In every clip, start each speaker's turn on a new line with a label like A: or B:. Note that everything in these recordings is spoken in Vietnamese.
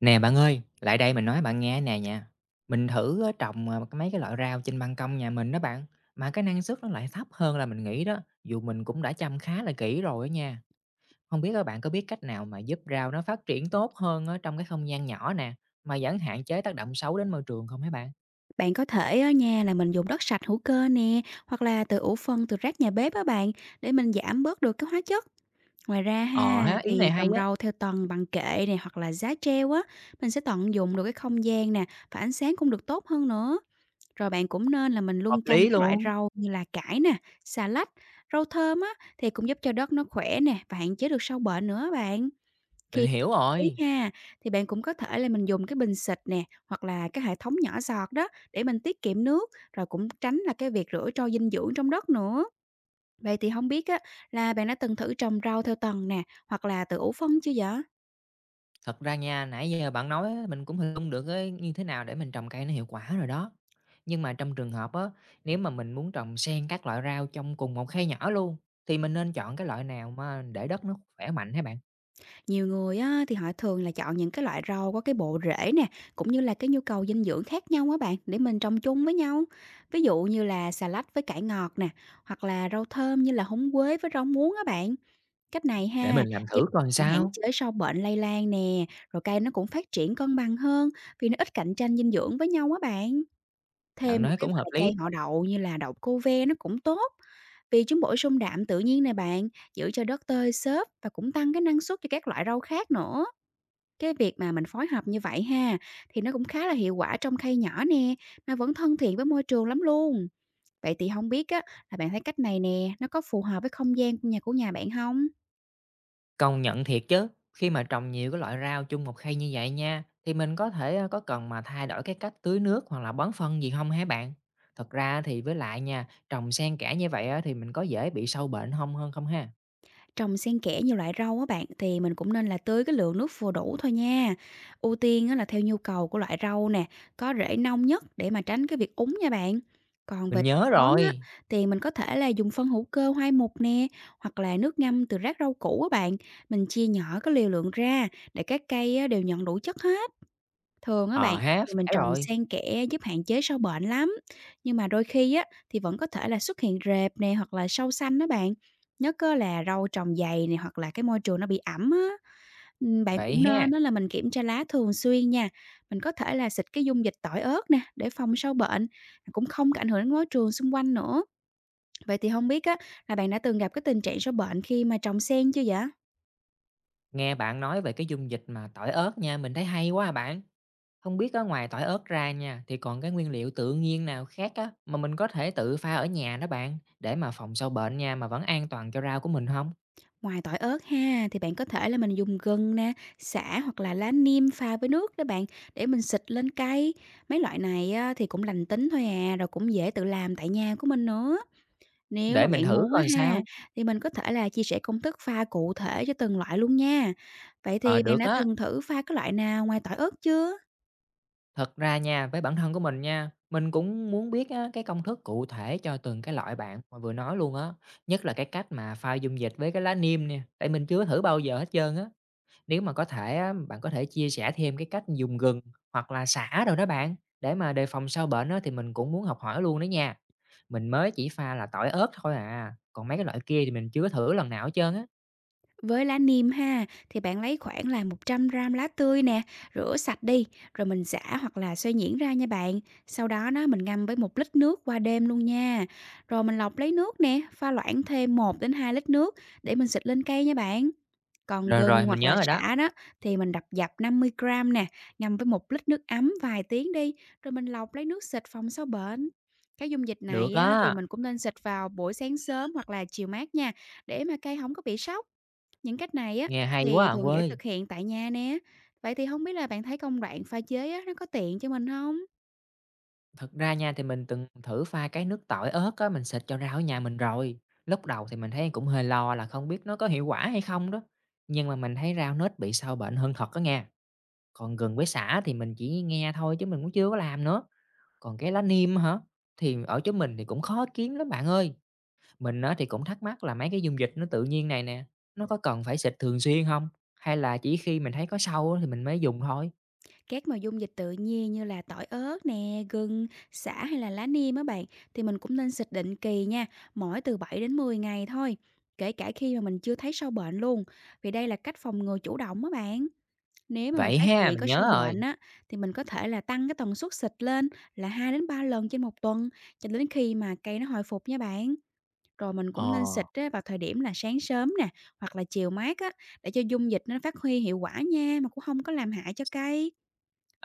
A: Nè bạn ơi, lại đây mình nói bạn nghe nè nha. Mình thử á, trồng mấy cái loại rau trên ban công nhà mình đó bạn, mà cái năng suất nó lại thấp hơn là mình nghĩ đó, dù mình cũng đã chăm khá là kỹ rồi đó nha. Không biết các bạn có biết cách nào mà giúp rau nó phát triển tốt hơn ở trong cái không gian nhỏ nè, mà vẫn hạn chế tác động xấu đến môi trường không hả bạn?
B: Bạn có thể ở nhà là mình dùng đất sạch hữu cơ nè, hoặc là từ ủ phân từ rác nhà bếp á bạn, để mình giảm bớt được cái hóa chất. Ngoài ra
A: Ờ
B: ha,
A: ha, ý
B: thì
A: này hay
B: trồng
A: á,
B: rau theo tầng bằng kệ này hoặc là giá treo á, mình sẽ tận dụng được cái không gian nè và ánh sáng cũng được tốt hơn nữa. Rồi bạn cũng nên là mình
A: hợp
B: luân canh
A: lý
B: các loại
A: luôn.
B: rau như là cải nè, xà lách, rau thơm á thì cũng giúp cho đất nó khỏe nè và hạn chế được sâu bệnh nữa bạn.
A: Mình
B: Khi
A: hiểu
B: tưới
A: rồi.
B: ha, thì bạn cũng có thể là mình dùng cái bình xịt nè, hoặc là cái hệ thống nhỏ giọt đó để mình tiết kiệm nước, rồi cũng tránh là cái việc rửa trôi dinh dưỡng trong đất nữa. Vậy thì không biết á là bạn đã từng thử trồng rau theo tầng nè, hoặc là tự ủ phân chưa vậy?
A: Thật ra nha, nãy giờ bạn nói á, mình cũng hình dung được á, như thế nào để mình trồng cây nó hiệu quả rồi đó. Nhưng mà trong trường hợp á, nếu mà mình muốn trồng xen các loại rau trong cùng một khay nhỏ luôn, thì mình nên chọn cái loại nào mà để đất nó khỏe mạnh hả bạn?
B: Nhiều người á thì họ thường là chọn những cái loại rau có cái bộ rễ nè, cũng như là cái nhu cầu dinh dưỡng khác nhau á bạn, để mình trồng chung với nhau. Ví dụ như là xà lách với cải ngọt nè, hoặc là rau thơm như là húng quế với rau muống á bạn. Cách này
A: Để
B: ha,
A: mình làm
B: giúp
A: thử coi
B: bạn hạn
A: sao?
B: chế sâu bệnh lây lan nè, rồi cây nó cũng phát triển cân bằng hơn vì nó ít cạnh tranh dinh dưỡng với nhau á bạn.
A: Bạn
B: Thêm một
A: nói
B: cái
A: cũng hợp
B: vài
A: lý.
B: cây họ đậu như là đậu cô ve nó cũng tốt vì chúng bổ sung đạm tự nhiên nè bạn, giữ cho đất tơi xốp và cũng tăng cái năng suất cho các loại rau khác nữa. Cái việc mà mình phối hợp như vậy ha thì nó cũng khá là hiệu quả trong cây nhỏ nè mà vẫn thân thiện với môi trường lắm luôn. Vậy thì không biết á là bạn thấy cách này nè nó có phù hợp với không gian của nhà bạn không?
A: Công nhận thiệt chứ, khi mà trồng nhiều cái loại rau chung một khay như vậy nha, thì mình có thể có cần mà thay đổi cái cách tưới nước hoặc là bón phân gì không hả bạn? Thật ra thì với lại nha, trồng xen kẽ như vậy á, thì mình có dễ bị sâu bệnh không hơn không ha?
B: Trồng xen kẽ nhiều loại rau á bạn, thì mình cũng nên là tưới cái lượng nước vừa đủ thôi nha. Ưu tiên á là theo nhu cầu của loại rau nè, có rễ nông nhất để mà tránh cái việc úng nha bạn. Còn về
A: Mình nhớ
B: bón á,
A: rồi,
B: thì mình có thể là dùng phân hữu cơ hoai mục nè, hoặc là nước ngâm từ rác rau củ á bạn. Mình chia nhỏ cái liều lượng ra để các cây á đều nhận đủ chất hết. Thường á
A: ờ
B: bạn,
A: ha,
B: thì mình
A: phải
B: trồng
A: rồi.
B: xen kẽ giúp hạn chế sâu bệnh lắm, nhưng mà đôi khi á, thì vẫn có thể là xuất hiện rệp nè hoặc là sâu xanh đó bạn. Nhất á là rau trồng dày này hoặc là cái môi trường nó bị ẩm á. Bạn
A: Vậy
B: cũng
A: ha,
B: nên đó là mình kiểm tra lá thường xuyên nha, mình có thể là xịt cái dung dịch tỏi ớt nè để phòng sâu bệnh, cũng không có ảnh hưởng đến môi trường xung quanh nữa. Vậy thì không biết á là bạn đã từng gặp cái tình trạng sâu bệnh khi mà trồng xen chưa vậy?
A: nghe bạn nói về cái dung dịch mà tỏi ớt nha, mình thấy hay quá à bạn. Không biết á ngoài tỏi ớt ra nha, thì còn cái nguyên liệu tự nhiên nào khác á, mà mình có thể tự pha ở nhà đó bạn, để mà phòng sâu bệnh nha, mà vẫn an toàn cho rau của mình không?
B: Ngoài tỏi ớt ha, thì bạn có thể là mình dùng gừng nè, sả hoặc là lá niêm pha với nước đó bạn để mình xịt lên cay. Mấy loại này á, thì cũng lành tính thôi à, rồi cũng dễ tự làm tại nhà của mình nữa. Nếu
A: Để
B: mà
A: mình
B: bạn
A: thử
B: muốn á
A: coi
B: ha,
A: sao.
B: thì mình có thể là chia sẻ công thức pha cụ thể cho từng loại luôn nha. Vậy
A: Ờ,
B: thì bạn
A: được
B: đã
A: á.
B: từng thử pha cái loại nào ngoài tỏi ớt chưa?
A: Thật ra nha, với bản thân của mình nha, mình cũng muốn biết á cái công thức cụ thể cho từng cái loại bạn mà vừa nói luôn á, nhất là cái cách mà pha dung dịch với cái lá niêm nè, tại mình chưa thử bao giờ hết trơn á. Nếu mà có thể á, bạn có thể chia sẻ thêm cái cách dùng gừng hoặc là sả đồ đó bạn, để mà đề phòng sâu bệnh á, thì mình cũng muốn học hỏi luôn đó nha. Mình mới chỉ pha là tỏi ớt thôi à, còn mấy cái loại kia thì mình chưa thử lần nào hết trơn á.
B: Với lá niêm ha, thì bạn lấy khoảng là 100 gram lá tươi nè, rửa sạch đi, rồi mình giã hoặc là xay nhuyễn ra nha bạn. Sau đó nó mình ngâm với 1 lít nước qua đêm luôn nha. Rồi mình lọc lấy nước nè, pha loãng thêm 1 đến 2 lít nước để mình xịt lên cây nha bạn. Còn
A: Rồi,
B: gừng
A: mình
B: hoặc là
A: nhớ rồi đó.
B: sả đó thì mình đập dập 50 gram nè, ngâm với một lít nước ấm vài tiếng đi, rồi mình lọc lấy nước xịt phòng sâu bệnh. Cái dung dịch
A: Được
B: này á, thì
A: á,
B: mình cũng nên xịt vào buổi sáng sớm hoặc là chiều mát nha, để mà cây không có bị sốc. Những cách này á,
A: nghe hay quá
B: thì
A: à
B: thường dễ
A: quê.
B: thực hiện tại nhà nè. Vậy thì không biết là bạn thấy công đoạn pha chế á, nó có tiện cho mình không?
A: Thật ra nha thì mình từng thử pha cái nước tỏi ớt á, mình xịt cho rau ở nhà mình rồi. Lúc đầu thì mình thấy cũng hơi lo là không biết nó có hiệu quả hay không đó. Nhưng mà mình thấy rau nếp bị sâu bệnh hơn thật đó nha. Còn gừng với sả thì mình chỉ nghe thôi chứ mình cũng chưa có làm nữa. Còn cái lá niêm hả? Thì ở chỗ mình thì cũng khó kiếm lắm bạn ơi. Mình á thì cũng thắc mắc là mấy cái dung dịch nó tự nhiên này nè, nó có cần phải xịt thường xuyên không? Hay là chỉ khi mình thấy có sâu á thì mình mới dùng thôi?
B: Các mà dung dịch tự nhiên như là tỏi ớt nè, gừng, sả hay là lá niêm á bạn, thì mình cũng nên xịt định kỳ nha, mỗi từ 7 đến 10 ngày thôi, kể cả khi mà mình chưa thấy sâu bệnh luôn, vì đây là cách phòng ngừa chủ động á bạn. Nếu mà mình
A: Vậy
B: phát
A: ha,
B: hiện
A: mình
B: có sâu
A: nhớ
B: bệnh
A: rồi.
B: á, thì mình có thể là tăng cái tần suất xịt lên là 2 đến 3 lần trên một tuần, cho đến khi mà cây nó hồi phục nha bạn. Rồi mình cũng nên
A: Ờ.
B: xịt á vào thời điểm là sáng sớm nè, hoặc là chiều mát á, để cho dung dịch nó phát huy hiệu quả nha, mà cũng không có làm hại cho cây.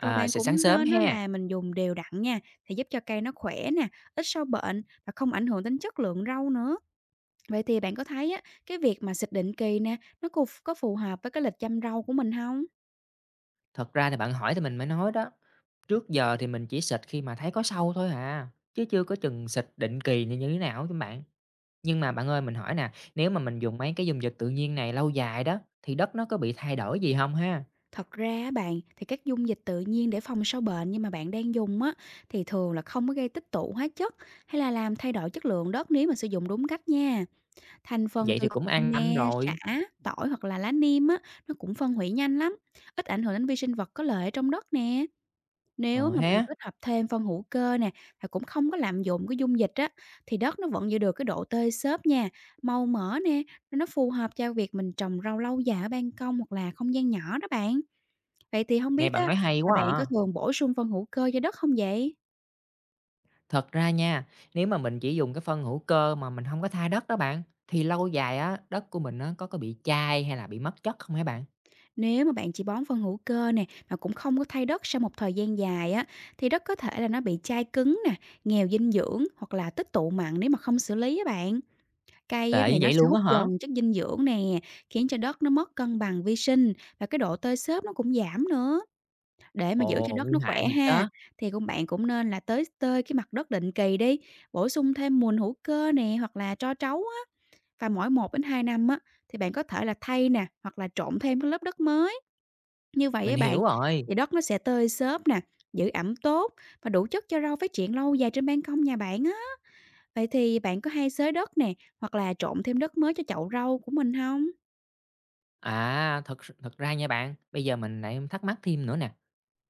B: Rồi bạn
A: xịt sáng
B: cũng
A: sớm
B: nên á
A: ha.
B: là mình dùng đều đặn nha, thì giúp cho cây nó khỏe nè, ít sâu bệnh và không ảnh hưởng đến chất lượng rau nữa. Vậy thì bạn có thấy á, cái việc mà xịt định kỳ nè, nó có phù hợp với cái lịch chăm rau của mình không?
A: Thật ra thì bạn hỏi thì mình mới nói đó. Trước giờ thì mình chỉ xịt khi mà thấy có sâu thôi à. Chứ chưa có chừng xịt định kỳ như như thế nào chứ bạn. Nhưng mà bạn ơi mình hỏi nè, nếu mà mình dùng mấy cái dung dịch tự nhiên này lâu dài đó, thì đất nó có bị thay đổi gì không ha?
B: Thật ra á bạn, thì các dung dịch tự nhiên để phòng sâu bệnh nhưng mà bạn đang dùng á, thì thường là không có gây tích tụ hóa chất hay là làm thay đổi chất lượng đất nếu mà sử dụng đúng cách nha. Thành phần
A: Vậy
B: từ
A: thì cũng an tâm
B: nè, sả,
A: rồi.
B: tỏi hoặc là lá niêm á, nó cũng phân hủy nhanh lắm, ít ảnh hưởng đến vi sinh vật có lợi ở trong đất nè. Nếu
A: Ờ
B: mà mình
A: ha,
B: kết hợp thêm phân hữu cơ nè, và cũng không có lạm dụng cái dung dịch á, thì đất nó vẫn giữ được cái độ tơi xốp nha, màu mỡ nè, nó phù hợp cho việc mình trồng rau lâu dài ở ban công hoặc là không gian nhỏ đó bạn. Vậy thì không
A: nghe
B: biết
A: bạn
B: á,
A: nói hay
B: là
A: quá
B: bạn
A: à.
B: có thường bổ sung phân hữu cơ cho đất không vậy?
A: Thật ra nha, nếu mà mình chỉ dùng cái phân hữu cơ mà mình không có thay đất đó bạn, thì lâu dài á, đất của mình nó có bị chai hay là bị mất chất không hả bạn?
B: Nếu mà bạn chỉ bón phân hữu cơ nè mà cũng không có thay đất sau một thời gian dài á thì đất có thể là nó bị chai cứng nè, nghèo dinh dưỡng hoặc là tích tụ mặn nếu mà không xử lý á bạn. Cây á
A: Tệ
B: thì
A: như
B: nó
A: vậy
B: sẽ
A: luôn á
B: hút
A: hả?
B: dần chất dinh dưỡng nè, khiến cho đất nó mất cân bằng vi sinh và cái độ tơi xốp nó cũng giảm nữa. Để mà giữ cho
A: Ồ,
B: đất
A: nguy
B: nó
A: hại
B: khỏe
A: thiệt
B: ha
A: chớ.
B: thì bạn cũng nên là tơi cái mặt đất định kỳ đi, bổ sung thêm mùn hữu cơ nè hoặc là tro trấu á và mỗi 1 đến 2 năm á thì bạn có thể là thay nè hoặc là trộn thêm cái lớp đất mới như vậy
A: Mình
B: á bạn,
A: hiểu rồi.
B: thì đất nó sẽ tơi xốp nè, giữ ẩm tốt và đủ chất cho rau phát triển lâu dài trên ban công nhà bạn á. Vậy thì bạn có hay xới đất nè, hoặc là trộn thêm đất mới cho chậu rau của mình không?
A: Thật ra nha bạn, bây giờ mình lại thắc mắc thêm nữa nè,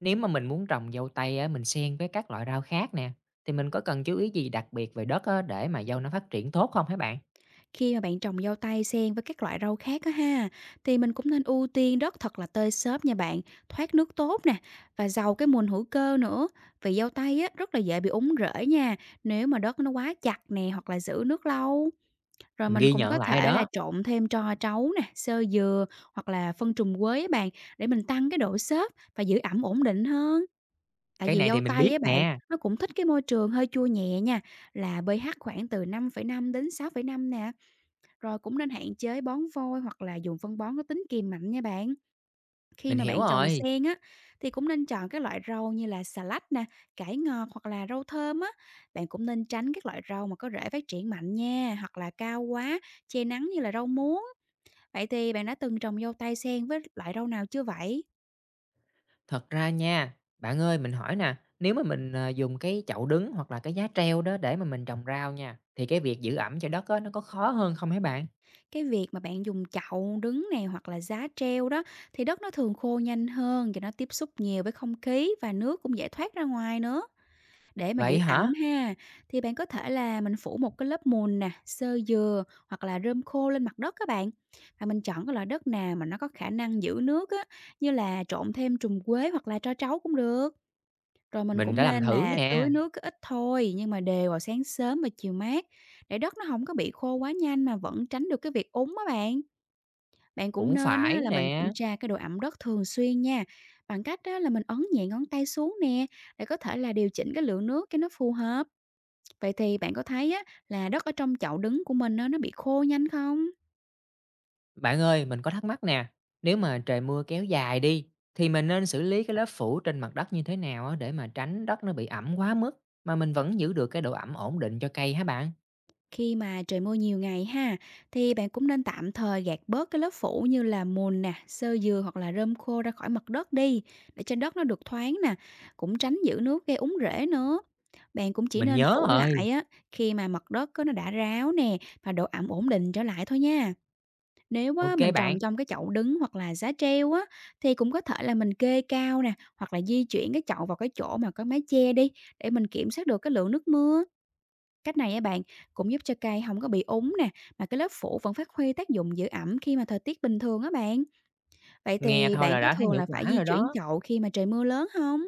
A: nếu mà mình muốn trồng dâu tây á, mình xen với các loại rau khác nè, thì mình có cần chú ý gì đặc biệt về đất á, để mà dâu nó phát triển tốt không hả bạn?
B: Khi mà bạn trồng dâu tây xen với các loại rau khác á ha, thì mình cũng nên ưu tiên đất thật là tơi xốp nha bạn, thoát nước tốt nè và giàu cái mùn hữu cơ nữa. Vì dâu tây á rất là dễ bị úng rễ nha, nếu mà đất nó quá chặt nè, hoặc là giữ nước lâu. Rồi
A: Mình
B: mình
A: ghi
B: cũng
A: nhận
B: có
A: lại rồi
B: thể là
A: đó,
B: trộn thêm tro trấu nè, xơ dừa hoặc là phân trùng quế á bạn, để mình tăng cái độ xốp và giữ ẩm ổn định hơn. Tại
A: cái
B: vì
A: này thì
B: dâu
A: mình
B: tây
A: biết
B: á bạn,
A: nè.
B: nó cũng thích cái môi trường hơi chua nhẹ nha, là pH khoảng từ 5,5 đến 6,5 nè. Rồi cũng nên hạn chế bón vôi hoặc là dùng phân bón có tính kiềm mạnh nha bạn. Khi
A: Mình
B: mà
A: hiểu
B: bạn trồng
A: rồi.
B: sen á, thì cũng nên chọn các loại rau như là xà lách nè, cải ngọt hoặc là rau thơm á. Bạn cũng nên tránh các loại rau mà có rễ phát triển mạnh nha, hoặc là cao quá, che nắng như là rau muống. Vậy thì bạn đã từng trồng dâu tay sen với loại rau nào chưa vậy?
A: Thật ra nha, bạn ơi mình hỏi nè, nếu mà mình, dùng cái chậu đứng hoặc là cái giá treo đó để mà mình trồng rau nha, thì cái việc giữ ẩm cho đất á, nó có khó hơn không hả bạn?
B: Cái việc mà bạn dùng chậu đứng này hoặc là giá treo đó thì đất nó thường khô nhanh hơn và nó tiếp xúc nhiều với không khí và nước cũng dễ thoát ra ngoài nữa. Để mà
A: Vậy
B: giữ
A: hả?
B: ẩm ha, thì bạn có thể là mình phủ một cái lớp mùn nè, xơ dừa hoặc là rơm khô lên mặt đất các bạn. Và mình chọn cái loại đất nào mà nó có khả năng giữ nước á, như là trộn thêm trùng quế hoặc là tro trấu cũng được. Rồi mình
A: Mình
B: cũng
A: đã làm
B: nên
A: thử
B: là
A: nè,
B: tưới nước ít thôi nhưng mà đều vào sáng sớm và chiều mát, để đất nó không có bị khô quá nhanh mà vẫn tránh được cái việc úng á bạn. Bạn cũng
A: cũng
B: nên á,
A: phải
B: là mình kiểm
A: nè.
B: tra cái độ ẩm đất thường xuyên nha. Bằng cách á, là mình ấn nhẹ ngón tay xuống nè, để có thể là điều chỉnh cái lượng nước cho nó phù hợp. Vậy thì bạn có thấy á, là đất ở trong chậu đứng của mình á, nó bị khô nhanh không?
A: Bạn ơi, mình có thắc mắc nè, nếu mà trời mưa kéo dài đi, thì mình nên xử lý cái lớp phủ trên mặt đất như thế nào á, để mà tránh đất nó bị ẩm quá mức, mà mình vẫn giữ được cái độ ẩm ổn định cho cây hả bạn?
B: Khi mà trời mưa nhiều ngày ha, thì bạn cũng nên tạm thời gạt bớt cái lớp phủ như là mùn nè, xơ dừa hoặc là rơm khô ra khỏi mặt đất đi, để cho đất nó được thoáng nè, cũng tránh giữ nước gây úng rễ nữa. Bạn cũng chỉ
A: Mình
B: nên
A: nhớ
B: phủ
A: rồi.
B: lại á, khi mà mặt đất á, nó đã ráo nè và độ ẩm ổn định trở lại thôi nha. Nếu á,
A: Ok
B: mình trồng
A: bạn,
B: trong cái chậu đứng hoặc là giá treo á, thì cũng có thể là mình kê cao nè, hoặc là di chuyển cái chậu vào cái chỗ mà có mái che đi, để mình kiểm soát được cái lượng nước mưa. Cách này á bạn, cũng giúp cho cây không có bị úng nè, mà cái lớp phủ vẫn phát huy tác dụng giữ ẩm khi mà thời tiết bình thường á bạn. Vậy
A: nghe
B: thì
A: thôi
B: bạn
A: là
B: có
A: đã thấy
B: thường
A: hiệu
B: là phải
A: quả
B: di
A: rồi
B: chuyển
A: đó.
B: chậu khi mà trời mưa lớn không?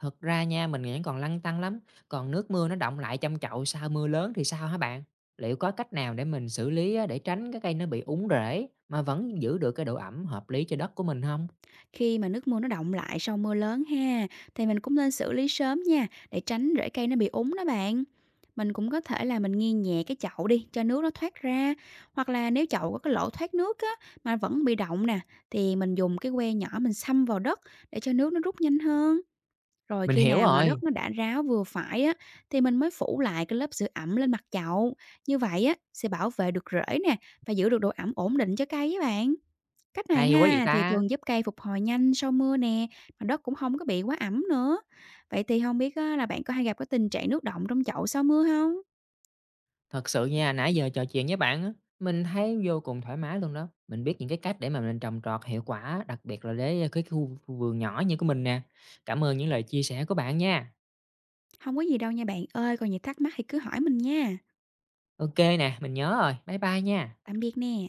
A: Thật ra nha, mình vẫn còn lăn tăn lắm, còn nước mưa nó đọng lại trong chậu sau mưa lớn thì sao hả bạn? Liệu có cách nào để mình xử lý á, để tránh cái cây nó bị úng rễ mà vẫn giữ được cái độ ẩm hợp lý cho đất của mình không?
B: Khi mà nước mưa nó đọng lại sau mưa lớn ha, thì mình cũng nên xử lý sớm nha, để tránh rễ cây nó bị úng đó bạn. Mình cũng có thể là mình nghiêng nhẹ cái chậu đi cho nước nó thoát ra, hoặc là nếu chậu có cái lỗ thoát nước á mà vẫn bị động nè, thì mình dùng cái que nhỏ mình xăm vào đất, để cho nước nó rút nhanh hơn. Rồi
A: Mình
B: khi
A: hiểu
B: nào mà
A: rồi,
B: đất nó đã ráo vừa phải á, thì mình mới phủ lại cái lớp sữa ẩm lên mặt chậu. Như vậy á sẽ bảo vệ được rễ nè và giữ được độ ẩm ổn định cho cây á bạn. Cách này
A: hay quá vậy
B: ha thì
A: ta.
B: thường giúp cây phục hồi nhanh sau mưa nè, mà đất cũng không có bị quá ẩm nữa. Vậy thì không biết á, là bạn có hay gặp cái tình trạng nước động trong chậu sau mưa không?
A: Thật sự nha, nãy giờ trò chuyện với bạn á, mình thấy vô cùng thoải mái luôn đó. Mình biết những cái cách để mà mình trồng trọt hiệu quả, đặc biệt là để cái khu khu vườn nhỏ như của mình nè. Cảm ơn những lời chia sẻ của bạn nha.
B: Không có gì đâu nha bạn ơi, còn gì thắc mắc thì cứ hỏi mình nha.
A: Ok nè, mình nhớ rồi. Bye bye nha.
B: Tạm biệt nè.